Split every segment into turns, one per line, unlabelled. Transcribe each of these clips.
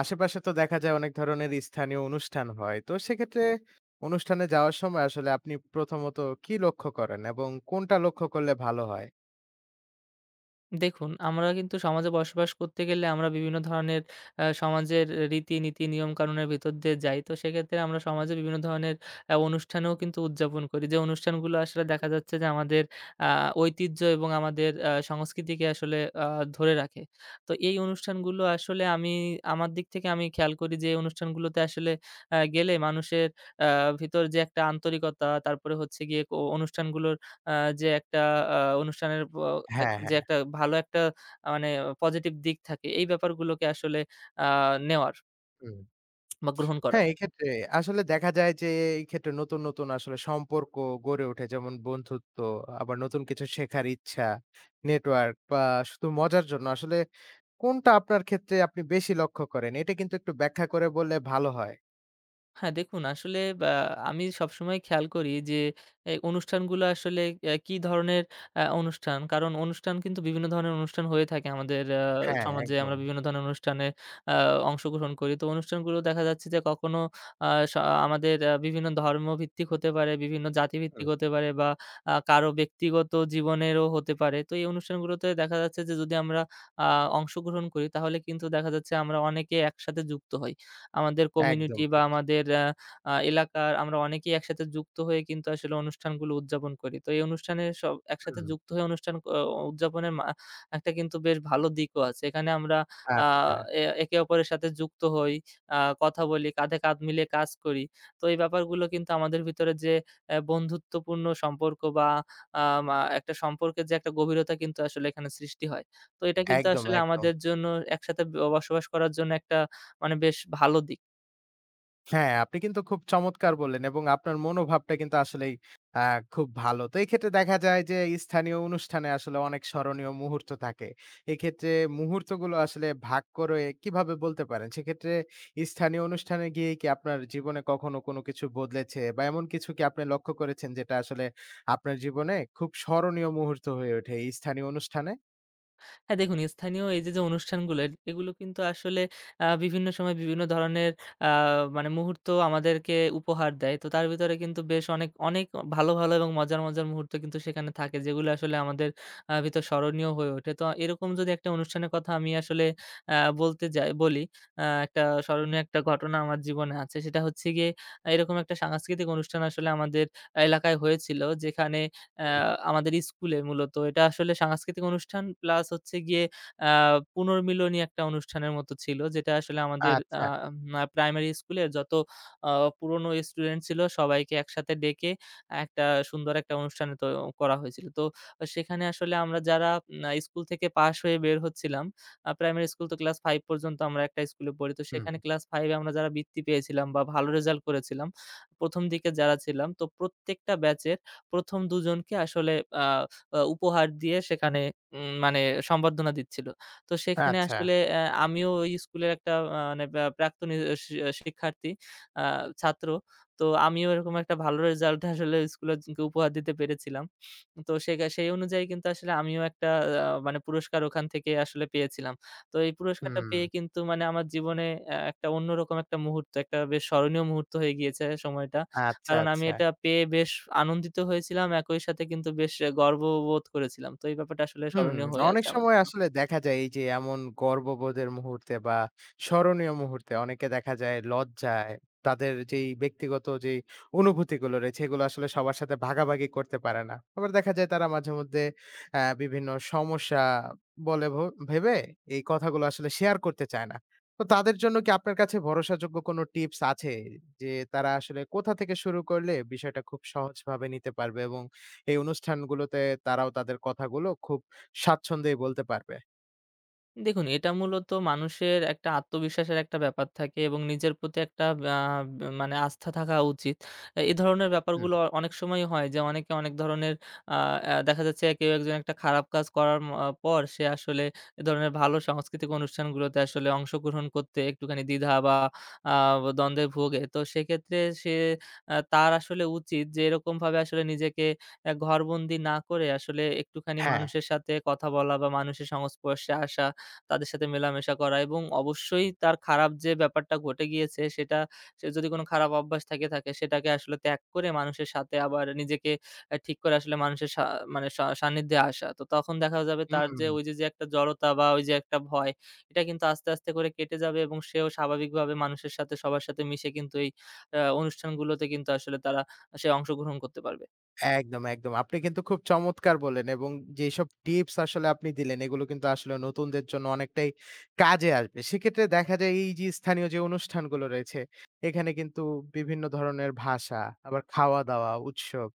আশেপাশে তো দেখা যায় অনেক ধরনের স্থানীয় অনুষ্ঠান হয়। তো সেক্ষেত্রে অনুষ্ঠানে যাওয়ার সময় আসলে আপনি প্রথমত কি লক্ষ্য করেন এবং কোনটা লক্ষ্য করলে ভালো হয়?
দেখুন, আমরা কিন্তু সমাজে বসবাস করতে গেলে আমরা বিভিন্ন ধরনের সমাজের রীতিনীতি, নিয়মকানুনের ভিতর দিয়ে যাই। তো সেক্ষেত্রে আমরা সমাজে বিভিন্ন ধরনের অনুষ্ঠানেও কিন্তু উদযাপন করি। যে অনুষ্ঠানগুলো আসলে দেখা যাচ্ছে যে আমাদের আ ঐতিহ্য এবং আমাদের সংস্কৃতিকে আসলে আ ধরে রাখে। তো এই অনুষ্ঠানগুলো আসলে আমি আমার দিক থেকে আমি খেয়াল করি যে এই অনুষ্ঠানগুলোতে আসলে গেলে মানুষের আ ভিতর যে একটা আন্তরিকতা, তারপরে হচ্ছে গিয়ে অনুষ্ঠানগুলোর আ যে একটা আ অনুষ্ঠানের এক
হ্যাঁ,
যে
হ্যাঁ।
একটা ভালো একটা মানে পজিটিভ দিক থাকে এই ব্যাপারগুলোকে আসলে আ নেওয়ার
হুম।
বা গ্রহণ করার।
হ্যাঁ, এক্ষেত্রে আসলে দেখা যায় যে এই ক্ষেত্রে নতুন, নতুন আসলে সম্পর্ক গড়ে ওঠে। যেমন বন্ধুত্ব, আবার নতুন কিছু শেখার ইচ্ছা, নেটওয়ার্ক বা শুধু মজার জন্য আসলে কোনটা আপনার ক্ষেত্রে আপনি বেশি লক্ষ্য করেন? এটা কিন্তু একটু ব্যাখ্যা করে বললে ভালো হয়।
হ্যাঁ, দেখুন আসলে আমি সবসময় খেয়াল করি যে এই অনুষ্ঠানগুলো আসলে কি ধরনের অনুষ্ঠান। কারণ অনুষ্ঠান কিন্তু বিভিন্ন ধরনের অনুষ্ঠান হয়ে থাকে আমাদের
হ্যাঁ,
সমাজে। আমরা
একদম।
বিভিন্ন ধরনের অনুষ্ঠানে আ অংশগ্রহণ করি। তো অনুষ্ঠানগুলো দেখা যাচ্ছে যে কখনো আ স আমাদের বিভিন্ন ধর্মভিত্তিক হতে পারে, বিভিন্ন জাতিভিত্তিক
হুম।
হতে পারে বা কারো ব্যক্তিগত জীবনেরও হতে পারে। তো এই অনুষ্ঠানগুলোতে দেখা যাচ্ছে যে যদি আমরা আ অংশগ্রহণ করি তাহলে কিন্তু দেখা যাচ্ছে আমরা অনেকে একসাথে যুক্ত হই। আমাদের
একদম
কমিউনিটি বা
ঠিক।
আমাদের আ আ এলাকার আমরা অনেকেই একসাথে যুক্ত হয়ে কিন্তু আসলে অনুষ্ঠানগুলো উদযাপন করি। তো এই অনুষ্ঠানে সব একসাথে
হুম,
যুক্ত হয়ে অনুষ্ঠান উদযাপনের একটা কিন্তু বেশ ভালো দিকও আছে। এখানে আমরা আ
আচ্ছা।
এ একে অপরের সাথে যুক্ত হই, আ কথা বলি, কাঁধে কাঁধ মিলিয়ে কাজ করি। তো এই ব্যাপারগুলো কিন্তু আমাদের ভিতরে যে বন্ধুত্বপূর্ণ সম্পর্ক বা আম আ একটা সম্পর্কের যে একটা গভীরতা কিন্তু আসলে এখানে সৃষ্টি হয়। তো এটা কিন্তু
একদম,
আসলে
একদম।
আমাদের জন্য একসাথে বসবাস করার জন্য একটা মানে বেশ ভালো দিক।
হ্যাঁ, আপনি কিন্তু খুব চমৎকার বললেন এবং আপনার মনোভাবটা কিন্তু আসলেই আ খুব ভালো। তো এক্ষেত্রে দেখা যায় যে স্থানীয় অনুষ্ঠানে আসলে অনেক স্মরণীয় মুহূর্ত থাকে। এক্ষেত্রে মুহূর্তগুলো আসলে ভাগ করে কিভাবে বলতে পারেন? সেক্ষেত্রে স্থানীয় অনুষ্ঠানে গিয়ে কি আপনার জীবনে কখনো কোনো কিছু বদলেছে বা এমন কিছু কি আপনি লক্ষ্য করেছেন যেটা আসলে আপনার জীবনে খুব স্মরণীয় মুহূর্ত হয়ে ওঠে এই স্থানীয় অনুষ্ঠানে?
হ্যাঁ, দেখুন স্থানীয় এই যে, যে অনুষ্ঠানগুলো এগুলো কিন্তু আসলে বিভিন্ন সময় বিভিন্ন ধরনের আ মানে মুহূর্ত আমাদেরকে উপহার দেয়। তো তার ভিতরে কিন্তু বেশ অনেক, অনেক ভালো, ভালো এবং মজার, মজার মুহূর্ত কিন্তু সেখানে থাকে যেগুলো আসলে আমাদের ভিতর স্মরণীয় হয়ে ওঠে। তো এরকম যদি একটা অনুষ্ঠানের কথা আমি আসলে বলতে যাই বলি, একটা স্মরণীয় একটা ঘটনা আমার জীবনে আছে। সেটা হচ্ছে গিয়ে এরকম একটা সাংস্কৃতিক অনুষ্ঠান আসলে আমাদের এলাকায় হয়েছিল যেখানে অ্যা
হুম,
আমাদের স্কুলে মূলত এটা আসলে সাংস্কৃতিক অনুষ্ঠান প্লাস হচ্ছে গিয়ে আ পুনর্মিলনী একটা অনুষ্ঠানের মতো ছিল। যেটা আসলে আমাদের আ
আচ্ছা।
মা প্রাইমারি স্কুলের যত আ পুরনো স্টুডেন্ট ছিল সবাইকে একসাথে ডেকে একটা সুন্দর একটা অনুষ্ঠানে তো করা হয়েছিল। তো সেখানে আসলে আমরা যারা উম আ স্কুল থেকে পাশ হয়ে বের হচ্ছিলাম, প্রাইমারি স্কুল তো ক্লাস 5 পর্যন্ত আমরা একটা স্কুলে পড়ি। তো
হুম,
সেখানে ক্লাস 5 এ আমরা যারা বৃত্তি পেয়েছিলাম বা ভালো রেজাল্ট করেছিলাম, ১ম দিকে যারা ছিলাম তো প্রত্যেকটা ব্যাচে ১ম দুজনকে আসলে আ আ উপহার দিয়ে সেখানে মানে সংবর্ধনা দিচ্ছিল। তো সেখানে
আচ্ছা।
আসলে আমিও ওই স্কুলের একটা মানে প্রাক্তন ই শি শিক্ষার্থী, আ ছাত্র। তো আমিও এরকম একটা ভালো রেজাল্ট আসলে স্কুলে কে উপহার দিতে পেরেছিলাম। তো সেই অনুযায়ী কিন্তু আসলে আমিও একটা মানে পুরস্কার ওখান থেকে আসলে পেয়েছিলাম। তো এই পুরস্কারটা
হুম,
পেয়ে কিন্তু মানে আমার জীবনে একটা অন্যরকম একটা মুহূর্ত, একটা বেশ স্মরণীয় মুহূর্ত হয়ে গিয়েছে সময়টা।
আচ্ছা,
কারণ আমি
আচ্ছা।
এটা পেয়ে বেশ আনন্দিত হয়েছিলাম। একই সাথে কিন্তু বেশ গর্ববোধ করেছিলাম। তো এই ব্যাপারটা আসলে
হুম,
স্মরণীয় হয়ে
অনেক
আছে আমার
সময়
জন্য।
আসলে দেখা যায় এই যে এমন গর্ববোধের মুহূর্তে বা স্মরণীয় মুহূর্তে অনেকে দেখা যায় লজ্জায় তাদের যেই ব্যক্তিগত যেই অনুভূতিগুলো রয়েছে এগুলো আসলে সবার সাথে ভাগাভাগি করতে পারে না। আবার দেখা যায় তারা মাঝে মধ্যে বিভিন্ন সমস্যা বলে ভেবে এই কথাগুলো আসলে শেয়ার করতে চায় না। তো তাদের জন্য কি আপনার কাছে ভরসাযোগ্য কোনো টিপস আছে যে তারা আসলে কোথা থেকে শুরু করলে বিষয়টা খুব সহজভাবে নিতে পারবে এবং এই অনুষ্ঠানগুলোতে তারাও তাদের কথাগুলো খুব স্বাচ্ছন্দ্যেই বলতে পারবে।
দেখুন, এটা মূলত মানুষের একটা আত্মবিশ্বাসের একটা ব্যাপার থাকে এবং নিজের প্রতি একটা আ মানে আস্থা থাকা উচিত। এ ধরনের
হুম,
ব্যাপারগুলো অনেক সময়ই হয় যে অনেকে অনেক ধরনের আ আ দেখা যাচ্ছে কেউ একজন একটা খারাপ কাজ করার পর সে আসলে এ ধরনের ভালো সাংস্কৃতিক অনুষ্ঠানগুলোতে আসলে অংশগ্রহণ করতে একটুখানি দ্বিধা বা আ দ্বন্দ্বে ভোগে। তো সেক্ষেত্রে সে তার আসলে উচিত যে এরকমভাবে আসলে নিজেকে ঘরবন্দি না করে আসলে একটুখানি
হ্যাঁ।
মানুষের সাথে কথা বলা বা মানুষের সংস্পর্শে আসা, তাদের সাথে মেলামেশা করা এবং অবশ্যই তার খারাপ যে ব্যাপারটা ঘটে গিয়েছে সেটা, সে যদি কোনো খারাপ অভ্যাস থেকে থাকে সেটাকে আসলে ত্যাগ করে মানুষের সাথে আবার নিজেকে ঠিক করে আসলে মানুষের সা মানে সা সান্নিধ্যে আসা। তো তখন দেখা যাবে তার
হুম,
যে ওই যে, যে একটা জড়তা বা ওই যে একটা ভয় এটা কিন্তু আস্তে, আস্তে করে কেটে যাবে এবং সেও স্বাভাবিকভাবে মানুষের সাথে সবার সাথে মিশে কিন্তু এই অনুষ্ঠানগুলোতে কিন্তু আসলে সে অংশগ্রহণ করতে পারবে।
একদম, একদম। আপনি কিন্তু খুব চমৎকার বললেন এবং যেসব টিপস আসলে আপনি দিলেন এগুলো কিন্তু আসলে নতুনদের জন্য অনেকটাই কাজে আসবে। সেক্ষেত্রে দেখা যায় এই যে স্থানীয় যে অনুষ্ঠানগুলো রয়েছে, এখানে কিন্তু বিভিন্ন ধরনের ভাষা, আবার খাওয়া-দাওয়া, উৎসব,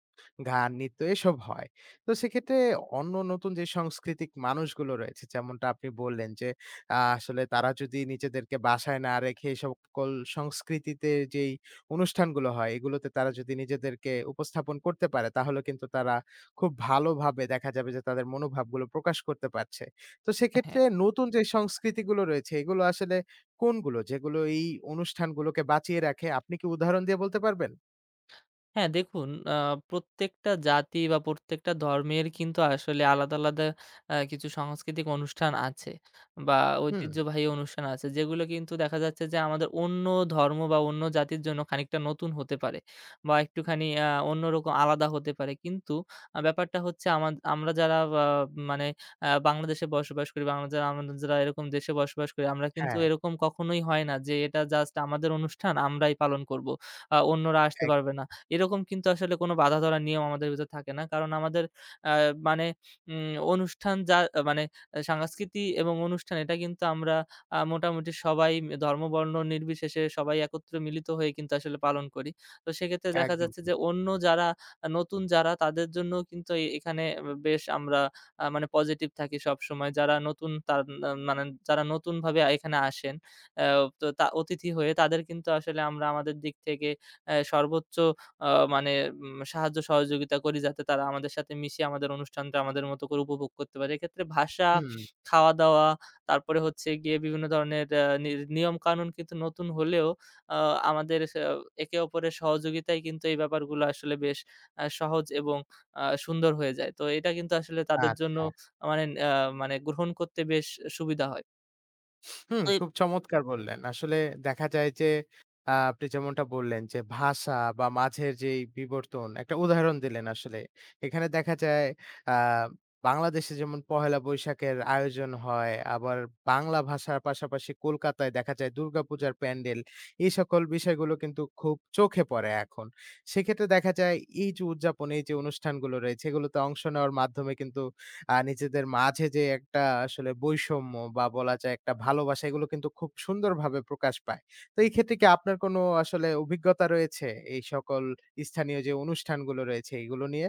গান, নৃত্য এসব হয়। তো সেক্ষেত্রে অন্য নতুন যে সাংস্কৃতিক মানুষগুলো রয়েছে যেমনটা আপনি বললেন যে আসলে তারা যদি নিজেদেরকে বাসায় না রেখে সকল সংস্কৃতিতে যেই অনুষ্ঠানগুলো হয়, এগুলোতে তারা যদি নিজেদেরকে উপস্থাপন করতে পারে, তাহলে কিন্তু তারা খুব ভালোভাবে দেখা যাবে যে তাদের মনোভাবগুলো প্রকাশ করতে পারছে। তো
হ্যাঁ।
সেক্ষেত্রে নতুন যে সংস্কৃতিগুলো রয়েছে, এগুলো আসলে কোনগুলো? যেগুলো এই অনুষ্ঠানগুলোকে বাঁচিয়ে রাখে? আপনি কি উদাহরণ দিয়ে বলতে পারবেন?
হ্যাঁ, দেখুন আ প্রত্যেকটা জাতি বা প্রত্যেকটা ধর্মের কিন্তু আসলে আলাদা, আলাদা কিছু সাংস্কৃতিক অনুষ্ঠান আছে বা
হুম।
ঐতিহ্যবাহী অনুষ্ঠান আছে। যেগুলো কিন্তু দেখা যাচ্ছে যে আমাদের অন্য ধর্ম বা অন্য জাতির জন্য খানিকটা নতুন হতে পারে বা একটুখানি অন্যরকম আলাদা হতে পারে। কিন্তু ব্যাপারটা হচ্ছে আমরা যারা আ মানে বাংলাদেশে বসবাস করি বা আমরা যারা আমাদের যারা এরকম দেশে বসবাস করি, আমরা কিন্তু
হ্যাঁ,
এরকম কখনোই হয় না যে এটা জাস্ট আমাদের অনুষ্ঠান আমরাই পালন করব। অন্যরা আসতে পারবে
একদম,
না। এরকম কিন্তু আসলে কোনো বাঁধা ধরা নিয়ম আমাদের ভিতর থাকে না। কারণ আমাদের আ মানে অনুষ্ঠান যা মানে সংস্কৃতি এবং অনুষ্ঠান এটা কিন্তু আমরা মোটামুটি সবাই ধর্ম, বর্ণ নির্বিশেষে সবাই একত্রে মিলিত হয়ে কিন্তু আসলে পালন করি। তো সেক্ষেত্রে দেখা
একদম
যাচ্ছে যে
ঠিক।
অন্য যারা নতুন যারা তাদের জন্যও কিন্তু এখানে বেশ আমরা মানে পজিটিভ থাকি সবসময়। যারা নতুন তার আহ, মানে যারা নতুনভাবে এখানে আসেন, আ তো অতিথি হয়ে তাদের কিন্তু আসলে আমরা আমাদের দিক থেকে সর্বোচ্চ আ মানে সাহায্য সহযোগিতা করি যাতে তারা আমাদের সাথে মিশে আমাদের অনুষ্ঠানটা আমাদের মতো করে উপভোগ করতে পারে। এক্ষেত্রে ভাষা,
হুম,
খাওয়া-দাওয়া, তারপরে হচ্ছে গিয়ে বিভিন্ন ধরনের আ নি নিয়মকানুন কিন্তু নতুন হলেও আ আমাদের সা একে অপরের সহযোগিতায় কিন্তু এই ব্যাপারগুলো আসলে বেশ সহজ এবং সুন্দর হয়ে যায়। তো এটা কিন্তু আসলে তাদের জন্য
আচ্ছা।
মানে আ মানে গ্রহণ করতে বেশ সুবিধা হয়।
হুম,
তো এ
খুব চমৎকার বললেন। আসলে দেখা যায় যে আপনি যেমনটা বললেন যে ভাষা বা মাঝের যেই বিবর্তন একটা উদাহরণ দিলেন আসলে। এখানে দেখা যায় আ বাংলাদেশে যেমন পহেলা বৈশাখের আয়োজন হয়, আবার বাংলা ভাষার পাশাপাশি কলকাতায় দেখা যায় দুর্গাপূজার প্যান্ডেল। এই সকল বিষয়গুলো কিন্তু খুব চোখে পড়ে এখন। সেক্ষেত্রে দেখা যায় এই যে উদযাপন, এই যে অনুষ্ঠানগুলো রয়েছে এগুলোতে অংশ নেওয়ার মাধ্যমে কিন্তু নিজেদের মাঝে যে একটা আসলে বৈষম্য বা বলা যায় একটা ভালোবাসা এগুলো কিন্তু খুব সুন্দরভাবে প্রকাশ পায়। তো এই ক্ষেত্রে কি আপনার কোনো আসলে অভিজ্ঞতা রয়েছে এই সকল স্থানীয় যে অনুষ্ঠানগুলো রয়েছে এগুলো নিয়ে?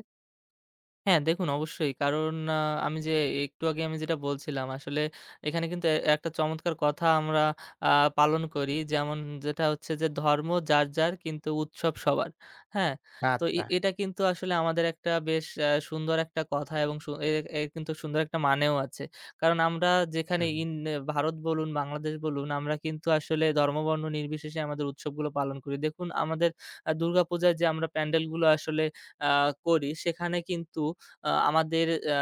হ্যাঁ, দেখুন অবশ্যই। কারণ আমি যে একটু আগে আমি যেটা বলছিলাম আসলে এখানে কিন্তু একটা চমৎকার কথা আমরা আ পালন করি। যেমন যেটা হচ্ছে যে ধর্ম যার, যার কিন্তু উৎসব সবার। হ্যাঁ? তো
আচ্ছা।
এটা কিন্তু আসলে আমাদের একটা বেশ সুন্দর একটা কথা এবং সু এ এর কিন্তু সুন্দর একটা মানেও আছে। কারণ আমরা যেখানে
হুম।
ইন ভারত বলুন, বাংলাদেশ বলুন, আমরা কিন্তু আসলে ধর্ম, বর্ণ নির্বিশেষে আমাদের উৎসবগুলো পালন করি। দেখুন আমাদের দুর্গাপূজায় যে আমরা প্যান্ডেলগুলো আসলে আ করি, সেখানে কিন্তু আমাদের আ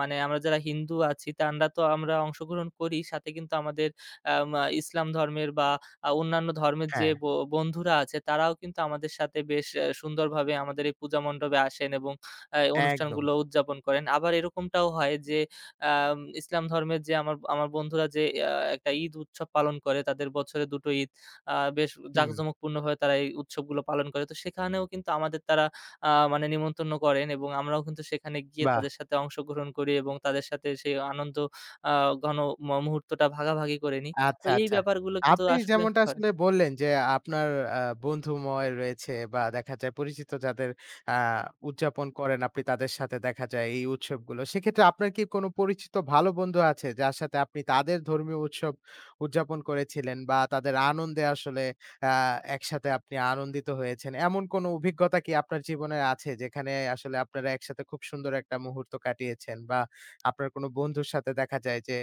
মানে আমরা যারা হিন্দু আছি তানরা তো আমরা অংশগ্রহণ করি। সাথে কিন্তু আমাদের আম আ ইসলাম ধর্মের বা অন্যান্য ধর্মের যে
হ্যাঁ,
বন্ধুরা আছে তারাও কিন্তু আমাদের সাথে বেশ সুন্দরভাবে আমাদের এই পূজা মণ্ডপে আসেন এবং
একদম।
অনুষ্ঠানগুলো উদযাপন করেন। আবার এরকমটাও হয় যে ইসলাম ধর্মের যে আমার আমার বন্ধুরা যে আ একটা ঈদ উৎসব পালন করে, তাদের বছরে ২ টো ঈদ বেশ
হুম।
জাঁকজমকপূর্ণভাবে তারা এই উৎসবগুলো পালন করে। তো সেখানেও কিন্তু আমাদের তারা মানে নিমন্ত্রণ করেন এবং আমরাও কিন্তু সেখানে গিয়ে
বাহ!
তাদের সাথে অংশগ্রহণ করি এবং তাদের সাথে সেই আনন্দ আ ঘন মুহূর্তটা ভাগাভাগি করে নিই। তো
আচ্ছা,
এই
আচ্ছা।
ব্যাপারগুলো কিন্তু
আপনি
আসলে
যেমনটা
হয়।
আসলে বললেন যে আপনার বন্ধুময় রয়েছে বা দেখা যায় পরিচিত যাদের আ উদযাপন করেন আপনি তাদের সাথে দেখা যায় এই উৎসবগুলো। সেক্ষেত্রে আপনার কি কোনো পরিচিত ভালো বন্ধু আছে যার সাথে আপনি তাদের ধর্মীয় উৎসব উদযাপন করেছিলেন বা তাদের আনন্দে আসলে আ একসাথে আপনি আনন্দিত হয়েছেন? এমন কোনো অভিজ্ঞতা কি আপনার জীবনে আছে যেখানে আসলে আপনারা একসাথে খুব সুন্দর একটা মুহূর্ত কাটিয়েছেন বা আপনার কোনো বন্ধুর সাথে দেখা যায় যে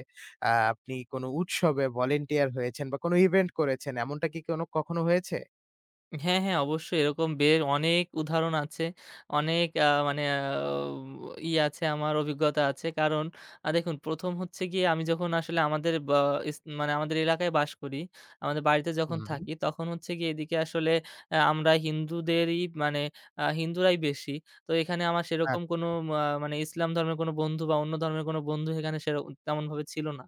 আপনি কোনো উৎসবে ভলান্টিয়ার হয়েছেন বা কোনো ইভেন্ট করেছেন, এমনটা কি কোনো কখনো হয়েছে?
হ্যাঁ, হ্যাঁ, অবশ্যই এরকম বের অনেক উদাহরণ আছে। অনেক মানে আ ই আছে, আমার অভিজ্ঞতা আছে। কারণ দেখুন ১ম হচ্ছে গিয়ে আমি যখন আসলে আমাদের বা মানে আমাদের এলাকায় বাস করি, আমাদের বাড়িতে যখন
হুম।
থাকি, তখন হচ্ছে গিয়ে এদিকে আসলে আমরা হিন্দুদেরই মানে হিন্দুরাই বেশি। তো এখানে আমার সেরকম
আচ
কোনো মানে ইসলাম ধর্মের কোনো বন্ধু বা অন্য ধর্মের কোনো বন্ধু এখানে তেমনভাবে ছিল না।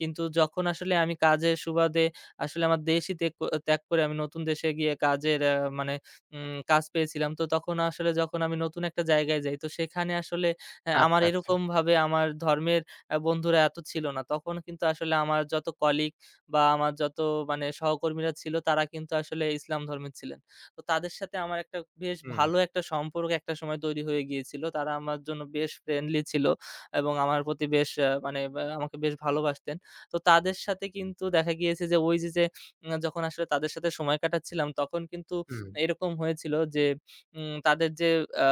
কিন্তু যখন আসলে আমি কাজের সুবাদে আসলে আমার দেশই ত্যাগ করে আমি নতুন দেশে গিয়ে কাজের মানে কাজ পেয়েছিলাম। তো তখন আসলে যখন আমি নতুন একটা জায়গায় যাই তো সেখানে আসলে
আচ্ছা,
আমার
আচ্ছা।
এরকমভাবে আমার ধর্মের বন্ধুরা এত ছিল না। তখন কিন্তু আসলে আমার যত কলিগ বা আমার যত মানে সহকর্মীরা ছিল তারা কিন্তু আসলে ইসলাম ধর্মের ছিলেন। তো তাদের সাথে আমার একটা বেশ
হুম,
ভালো একটা সম্পর্ক একটা সময় তৈরি হয়ে গিয়েছিল। তারা আমার জন্য বেশ ফ্রেন্ডলি ছিল এবং আমার প্রতি বেশ মানে আমাকে বেশ ভালোবাসতেন। তো তাদের সাথে কিন্তু দেখা গিয়েছে যে ওই যে, যে যখন আসলে তাদের সাথে সময় কাটাচ্ছিলাম তখন কিন্তু
হুম।
এরকম হয়েছিল যে তাদের যে আ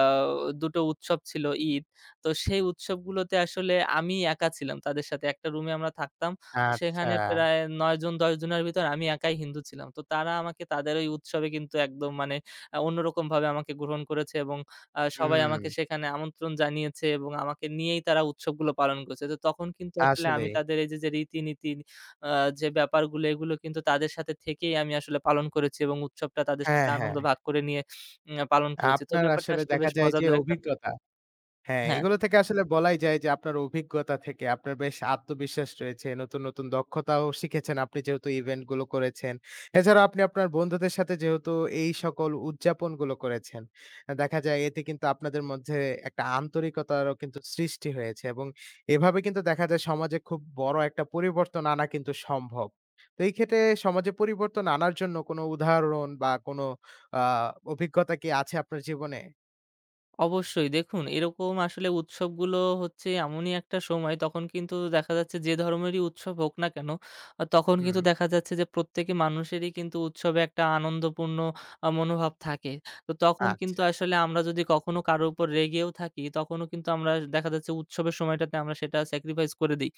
২ টো উৎসব ছিল, ঈদ। তো সেই উৎসবগুলোতে আসলে আমি একা ছিলাম তাদের সাথে। একটা রুমে আমরা থাকতাম।
আচ্ছা।
সেখানে প্রায় ৯ জন ১০ জনের ভিতর আমি একাই হিন্দু ছিলাম। তো তারা আমাকে তাদের ওই উৎসবে কিন্তু একদম মানে অন্যরকমভাবে আমাকে গ্রহণ করেছে এবং সবাই
হুম,
আমাকে সেখানে আমন্ত্রণ জানিয়েছে এবং আমাকে নিয়েই তারা উৎসবগুলো পালন করছে। তো তখন কিন্তু আসলে আমি
আসলেই।
তাদের এই যে, যে রীতিনীতি, আ যে ব্যাপারগুলো, এগুলো কিন্তু তাদের সাথে থেকেই আমি আসলে পালন করেছি এবং উৎসবটা তাদের সাথে
হ্যাঁ,
আনন্দ
হ্যাঁ।
ভাগ করে নিয়ে পালন করেছি। তো
আপনার
ব্যাপারটা
আসলে
আসলে
দেখা
বেশ
যায় যে
মজাদার একটা।
অভিজ্ঞতা হ্যাঁ,
হ্যাঁ।
এগুলো থেকে আসলে বলাই যায় যে আপনার অভিজ্ঞতা থেকে আপনার বেশ আত্মবিশ্বাস রয়েছে। নতুন, নতুন দক্ষতাও শিখেছেন আপনি যেহেতু ইভেন্ট গুলো করেছেন। এছাড়াও আপনি আপনার বন্ধুদের সাথে যেহেতু এই সকল উদযাপন গুলো করেছেন, দেখা যায় এতে কিন্তু আপনাদের মধ্যে একটা আন্তরিকতারও কিন্তু সৃষ্টি হয়েছে এবং এভাবে কিন্তু দেখা যায় সমাজে খুব বড় একটা পরিবর্তন আনা কিন্তু সম্ভব। তো এই ক্ষেত্রে সমাজে পরিবর্তন আনার জন্য কোনো উদাহরণ বা কোনো আ অভিজ্ঞতা কি আছে আপনার জীবনে?
অবশ্যই দেখুন এরকম আসলে উৎসবগুলো হচ্ছে এমনই একটা সময় তখন কিন্তু দেখা যাচ্ছে যে ধরনেরই উৎসব হোক না কেন, তখন
হুম,
কিন্তু দেখা যাচ্ছে যে প্রত্যেকে মানুষেরই কিন্তু উৎসবে একটা আনন্দপূর্ণ মনোভাব থাকে। তো তখন কিন্তু
আচ্ছা।
আসলে আমরা যদি কখনো কারোর উপর রেগেও থাকি তখনও কিন্তু আমরা দেখা যাচ্ছে উৎসবের সময়টাতে আমরা সেটা স্যাক্রিফাইস করে দিই।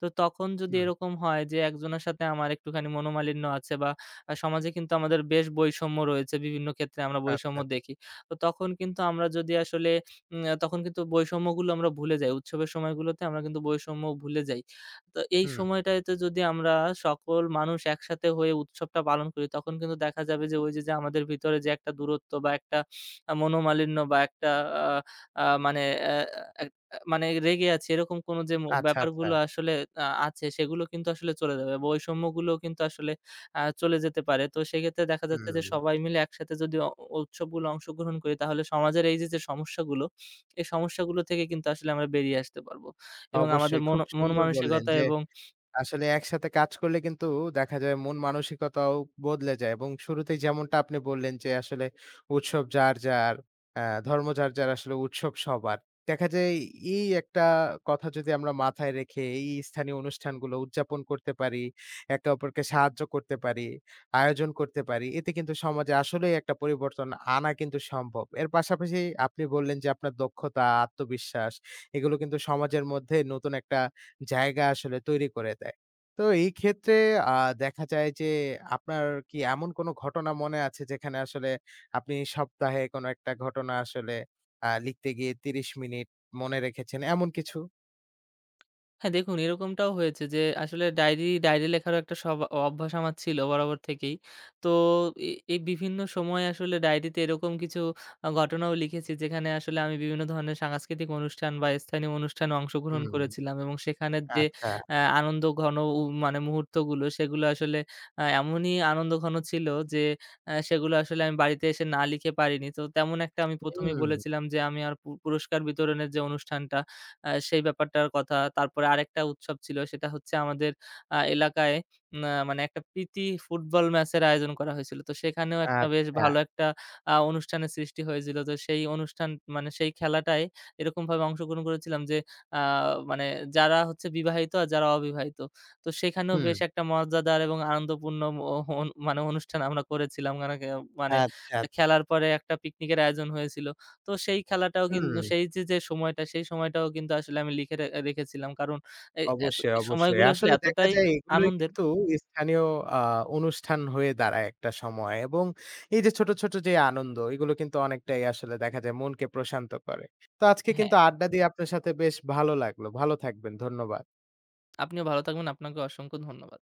তো তখন যদি
হুম।
এরকম হয় যে একজনের সাথে আমার একটুখানি মনোমালিন্য আছে বা সমাজে কিন্তু আমাদের বেশ বৈষম্য রয়েছে, বিভিন্ন ক্ষেত্রে আমরা বৈষম্য
আচ্ছা, আচ্ছা।
দেখি, তো তখন কিন্তু আমরা যদি আসলে তখন কিন্তু বৈষম্যগুলো আমরা ভুলে যাই। উৎসবের সময়গুলোতে আমরা কিন্তু বৈষম্য ভুলে যাই। তো এই
হুম।
সময়টাতে যদি আমরা সকল মানুষ একসাথে হয়ে উৎসবটা পালন করি, তখন কিন্তু দেখা যাবে যে ওই যে, যে আমাদের ভিতরে যে একটা দূরত্ব বা একটা মনোমালিন্য বা একটা আ আ মানে অ্যা এক মানে রেগে আছি এরকম কোনো যে
আচ্ছা, আচ্ছা।
ব্যাপারগুলো আসলে আছে, সেগুলো কিন্তু আসলে চলে যাবে। বৈষম্যগুলো কিন্তু আসলে চলে যেতে পারে। তো সেক্ষেত্রে দেখা যাচ্ছে যে
হুম।
সবাই মিলে একসাথে যদি উৎসবগুলো অংশগ্রহণ করি, তাহলে সমাজের এই যে, যে সমস্যাগুলো, এই সমস্যাগুলো থেকে কিন্তু আসলে আমরা বেরিয়ে আসতে পারব। এবং আমাদের
অবশ্যই
মন
খুব
মন
সুন্দর বললেন
মানসিকতা
যে
এবং।
আসলে একসাথে কাজ করলে কিন্তু দেখা যায় মন মানসিকতাও বদলে যায় এবং শুরুতেই যেমনটা আপনি বললেন যে আসলে উৎসব যার যার আহ, ধর্ম যার যার আসলে উৎসব সবার দেখা যায় এই একটা কথা যদি আমরা মাথায় রেখে এই স্থানীয় অনুষ্ঠানগুলো উদযাপন করতে পারি একে অপরকে সাহায্য করতে পারি আয়োজন করতে পারি এতে কিন্তু সমাজে আসলেই একটা পরিবর্তন আনা কিন্তু সম্ভব এর পাশাপাশি আপনি বললেন যে আপনার দক্ষতা আত্মবিশ্বাস এগুলো কিন্তু সমাজের মধ্যে নতুন একটা জায়গা আসলে তৈরি করে দেয়। তো এই ক্ষেত্রে আ দেখা যায় যে আপনার কি এমন কোনো ঘটনা মনে আছে যেখানে আসলে আপনি সপ্তাহে কোনো একটা ঘটনা আসলে লিখতে গিয়ে ৩০ মিনিট মনে রেখেছেন এমন কিছু?
হ্যাঁ, দেখুন এরকমটাও হয়েছে যে আসলে ডায়েরি ডায়েরি লেখারও একটা অভ্যাস আমার ছিল বরাবর থেকেই। তো এই বিভিন্ন সময়ে আসলে ডায়েরিতে এরকম কিছু ঘটনাও লিখেছি, যেখানে আসলে আমি বিভিন্ন ধরনের সাংস্কৃতিক অনুষ্ঠান বা স্থানীয় অনুষ্ঠানে অংশগ্রহণ
হুম,
করেছিলাম এবং সেখানের যে
আচ্ছা,
আনন্দঘন মানে মুহূর্তগুলো, সেগুলো আসলে এমনই আনন্দঘন ছিল যে সেগুলো আসলে আমি বাড়িতে এসে না লিখে পারিনি। তো তেমন একটা আমি ১ম এই
হুম,
বলেছিলাম যে আমি আর পুরস্কার বিতরণের যে অনুষ্ঠানটা, সেই ব্যাপারটার কথা। তারপরে আরেকটা উৎসব ছিল, সেটা হচ্ছে আমাদের এলাকায় উম আ মানে একটা প্রীতি ফুটবল ম্যাচের আয়োজন করা হয়েছিল। তো সেখানেও একটা বেশ
আচ্ছা,
ভালো একটা অনুষ্ঠানের সৃষ্টি হয়েছিল। তো সেই অনুষ্ঠান, মানে সেই খেলাটায় এরকমভাবে অংশগ্রহণ করেছিলাম যে আ মানে যারা হচ্ছে বিবাহিত আর যারা অবিবাহিত। তো সেখানেও
হুম,
বেশ একটা মজাদার এবং আনন্দপূর্ণ অ অন মানে অনুষ্ঠান আমরা করেছিলাম। মানে কে- মানে
আচ্ছা, আচ্ছা,
খেলার পরে একটা পিকনিকের আয়োজন হয়েছিল। তো সেই খেলাটাও কিন্তু সেই
হুম।
যে, যে সময়টা, সেই সময়টাও কিন্তু আসলে আমি লিখে রেখেছিলাম। কারণ এই এত
অবশ্যই, অবশ্যই।
সময়গুলো আসলে
আসলে দেখা
এতটাই
যায় এগুলোই
আনন্দের।
কিন্তু স্থানীয় আ অনুষ্ঠান হয়ে দাঁড়ায় একটা সময় এবং এই যে ছোট, ছোট যে আনন্দ এগুলো কিন্তু অনেকটাই আসলে দেখা যায় মনকে প্রশান্ত করে। তো আজকে
হ্যাঁ,
কিন্তু আড্ডা দিয়ে আপনার সাথে বেশ ভালো লাগলো। ভালো থাকবেন। ধন্যবাদ।
আপনিও ভালো থাকবেন। আপনাকে অসংখ্য ধন্যবাদ।